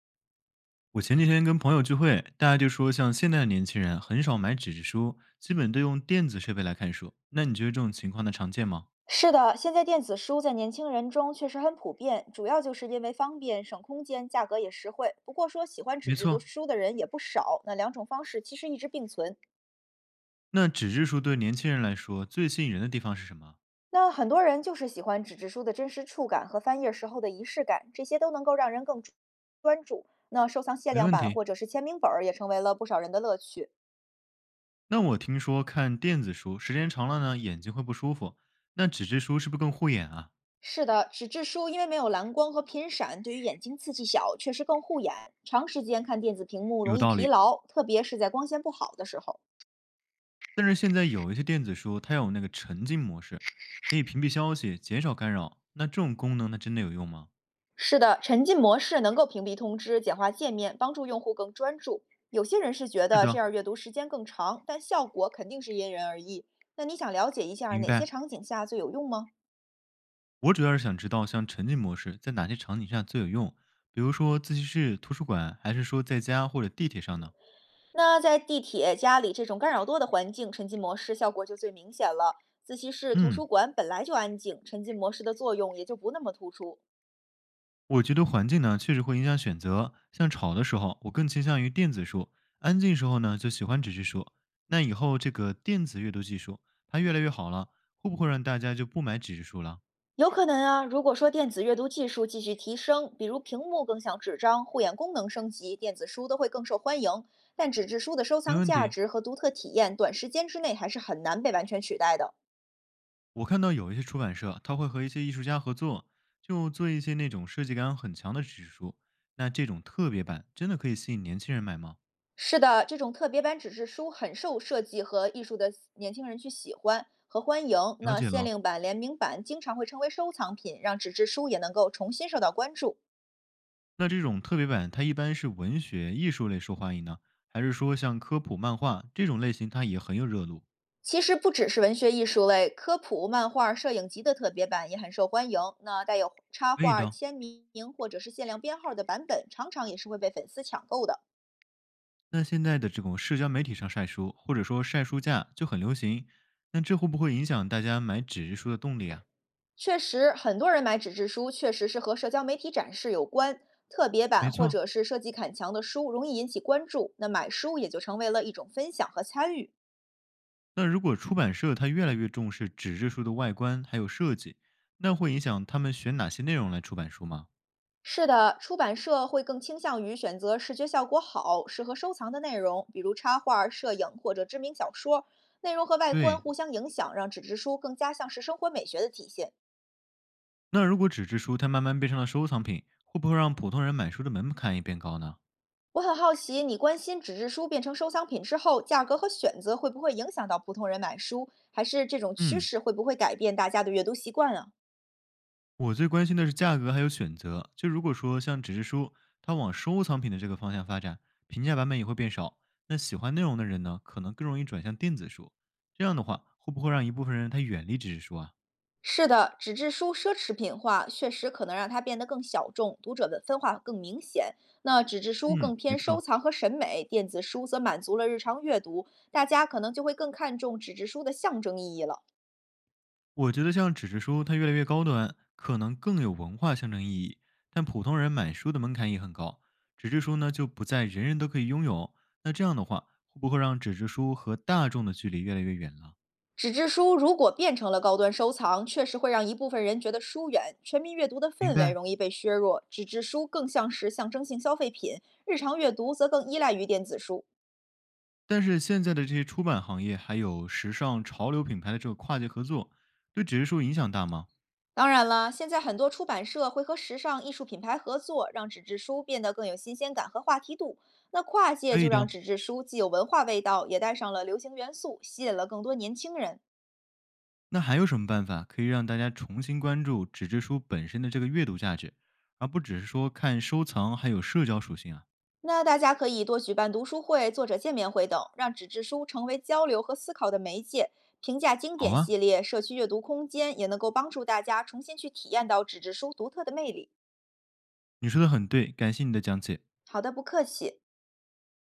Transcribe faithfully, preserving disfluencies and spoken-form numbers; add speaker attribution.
Speaker 1: 我前几天跟朋友聚会，大家就说，像现在的年轻人很少买纸质书，基本都用电子设备来看书。那你觉得这种情况的常见吗？
Speaker 2: 是的，现在电子书在年轻人中确实很普遍，主要就是因为方便、省空间，价格也实惠。不过说喜欢纸
Speaker 1: 没
Speaker 2: 质的
Speaker 1: 错，
Speaker 2: 书的人也不少，那两种方式其实一直并存。
Speaker 1: 那纸质书对年轻人来说最吸引人的地方是什么？
Speaker 2: 那很多人就是喜欢纸质书的真实触感和翻页时候的仪式感，这些都能够让人更专专注。那收藏限
Speaker 1: 没
Speaker 2: 量
Speaker 1: 问
Speaker 2: 版
Speaker 1: 题。
Speaker 2: 或者是签名本儿也成为了不少人的乐趣。
Speaker 1: 那我听说看电子书时间长了呢，眼睛会不舒服。那纸质书是不是更护眼啊？
Speaker 2: 是的，纸质书因为没有蓝光和频闪，对于眼睛刺激小，确实更护眼。长时间看电子屏幕
Speaker 1: 有
Speaker 2: 容易
Speaker 1: 道
Speaker 2: 疲
Speaker 1: 理。
Speaker 2: 劳，特别是在光线不好的时候。
Speaker 1: 但是现在有一些电子书，它有那个沉浸模式，可以屏蔽消息，减少干扰。那这种功能它真的有用吗？
Speaker 2: 是的，沉浸模式能够屏蔽通知，简化界面，帮助用户更专注。有些人是觉
Speaker 1: 是
Speaker 2: 得这
Speaker 1: 的，
Speaker 2: 样阅读时间更长，但效果肯定是因人而异。那你想了解一下
Speaker 1: 明
Speaker 2: 哪些
Speaker 1: 白。
Speaker 2: 场景下最有用吗？
Speaker 1: 我主要是想知道，像沉浸模式在哪些场景下最有用，比如说自习室、图书馆，还是说在家或者地铁上呢？
Speaker 2: 那在地铁、家里这种干扰多的环境，沉浸模式效果就最明显了。自习室、图
Speaker 1: 嗯，
Speaker 2: 书馆本来就安静，沉浸模式的作用也就不那么突出。
Speaker 1: 我觉得环境呢确实会影响选择。像吵的时候，我更倾向于电子书；安静时候呢，就喜欢纸质书。那以后这个电子阅读技术它越来越好了，会不会让大家就不买纸质书了？
Speaker 2: 有可能啊，如果说电子阅读技术继续提升，比如屏幕更像纸张，护眼功能升级，电子书都会更受欢迎。但纸质书的收
Speaker 1: 没
Speaker 2: 藏
Speaker 1: 问
Speaker 2: 价
Speaker 1: 题，
Speaker 2: 值和独特体验，短时间之内还是很难被完全取代的。
Speaker 1: 我看到有一些出版社，它会和一些艺术家合作，就做一些那种设计感很强的纸质书。那这种特别版真的可以吸引年轻人买吗？
Speaker 2: 是的，这种特别版纸质书很受设计和艺术的年轻人去喜欢和欢迎。
Speaker 1: 了
Speaker 2: 那
Speaker 1: 解
Speaker 2: 限
Speaker 1: 了。
Speaker 2: 量版、联名版经常会成为收藏品，让纸质书也能够重新受到关注。
Speaker 1: 那这种特别版，它一般是文学、艺术类受欢迎呢，还是说像科普、漫画这种类型，它也很有热度？
Speaker 2: 其实不只是文学艺术类，科普、漫画、摄影集的特别版也很受欢迎。那带有插
Speaker 1: 味
Speaker 2: 画、
Speaker 1: 道？
Speaker 2: 签名或者是限量编号的版本，常常也是会被粉丝抢购的。
Speaker 1: 那现在的这种社交媒体上晒书，或者说晒书架就很流行，那这会不会影响大家买纸质书的动力啊？
Speaker 2: 确实，很多人买纸质书，确实是和社交媒体展示有关。特别版
Speaker 1: 没
Speaker 2: 或
Speaker 1: 错。
Speaker 2: 者是设计砍墙的书，容易引起关注，那买书也就成为了一种分享和参与。
Speaker 1: 那如果出版社它越来越重视纸质书的外观还有设计，那会影响他们选哪些内容来出版书吗？
Speaker 2: 是的，出版社会更倾向于选择视觉效果好、适合收藏的内容，比如插画、摄影或者知名小说。内容和外观
Speaker 1: 对。
Speaker 2: 互相影响，让纸质书更加像是生活美学的体现。
Speaker 1: 那如果纸质书它慢慢变成了收藏品，会不会让普通人买书的门槛也变高呢？
Speaker 2: 我很好奇，你关心纸质书变成收藏品之后，价格和选择会不会影响到普通人买书，还是这种趋
Speaker 1: 嗯，
Speaker 2: 势会不会改变大家的阅读习惯啊？
Speaker 1: 我最关心的是价格还有选择。就如果说像纸质书，它往收藏品的这个方向发展，平价版本也会变少。那喜欢内容的人呢，可能更容易转向电子书。这样的话，会不会让一部分人他远离纸质书啊？
Speaker 2: 是的，纸质书奢侈品化确实可能让它变得更小众，读者的分化更明显。那纸质书
Speaker 1: 嗯，
Speaker 2: 更
Speaker 1: 没
Speaker 2: 偏收
Speaker 1: 错。
Speaker 2: 藏和审美，电子书则满足了日常阅读，大家可能就会更看重纸质书的象征意义了。
Speaker 1: 我觉得像纸质书，它越来越高端，可能更有文化象征意义。但普通人买书的门槛也很高，纸质书呢就不再人人都可以拥有。那这样的话，会不会让纸质书和大众的距离越来越远了？
Speaker 2: 纸质书如果变成了高端收藏，确实会让一部分人觉得疏远，全民阅读的
Speaker 1: 明
Speaker 2: 氛围
Speaker 1: 白。
Speaker 2: 容易被削弱。纸质书更像是象征性消费品，日常阅读则更依赖于电子书。
Speaker 1: 但是现在的这些出版行业还有时尚潮流品牌的这个跨界合作，对纸质书影响大吗？
Speaker 2: 当然了，现在很多出版社会和时尚艺术品牌合作，让纸质书变得更有新鲜感和话题度。那跨界
Speaker 1: 可
Speaker 2: 就
Speaker 1: 以
Speaker 2: 让
Speaker 1: 的。
Speaker 2: 纸质书既有文化味道，也带上了流行元素，吸引了更多年轻人。
Speaker 1: 那还有什么办法可以让大家重新关注纸质书本身的这个阅读价值，而不只是说看收藏还有社交属性啊？
Speaker 2: 那大家可以多举办读书会、作者见面会等，让纸质书成为交流和思考的媒介。评价经
Speaker 1: 好
Speaker 2: 典
Speaker 1: 啊，
Speaker 2: 系列、社区阅读空间也能够帮助大家重新去体验到纸质书独特的魅力。
Speaker 1: 你说的很对，感谢你的讲解。
Speaker 2: 好的，不客气。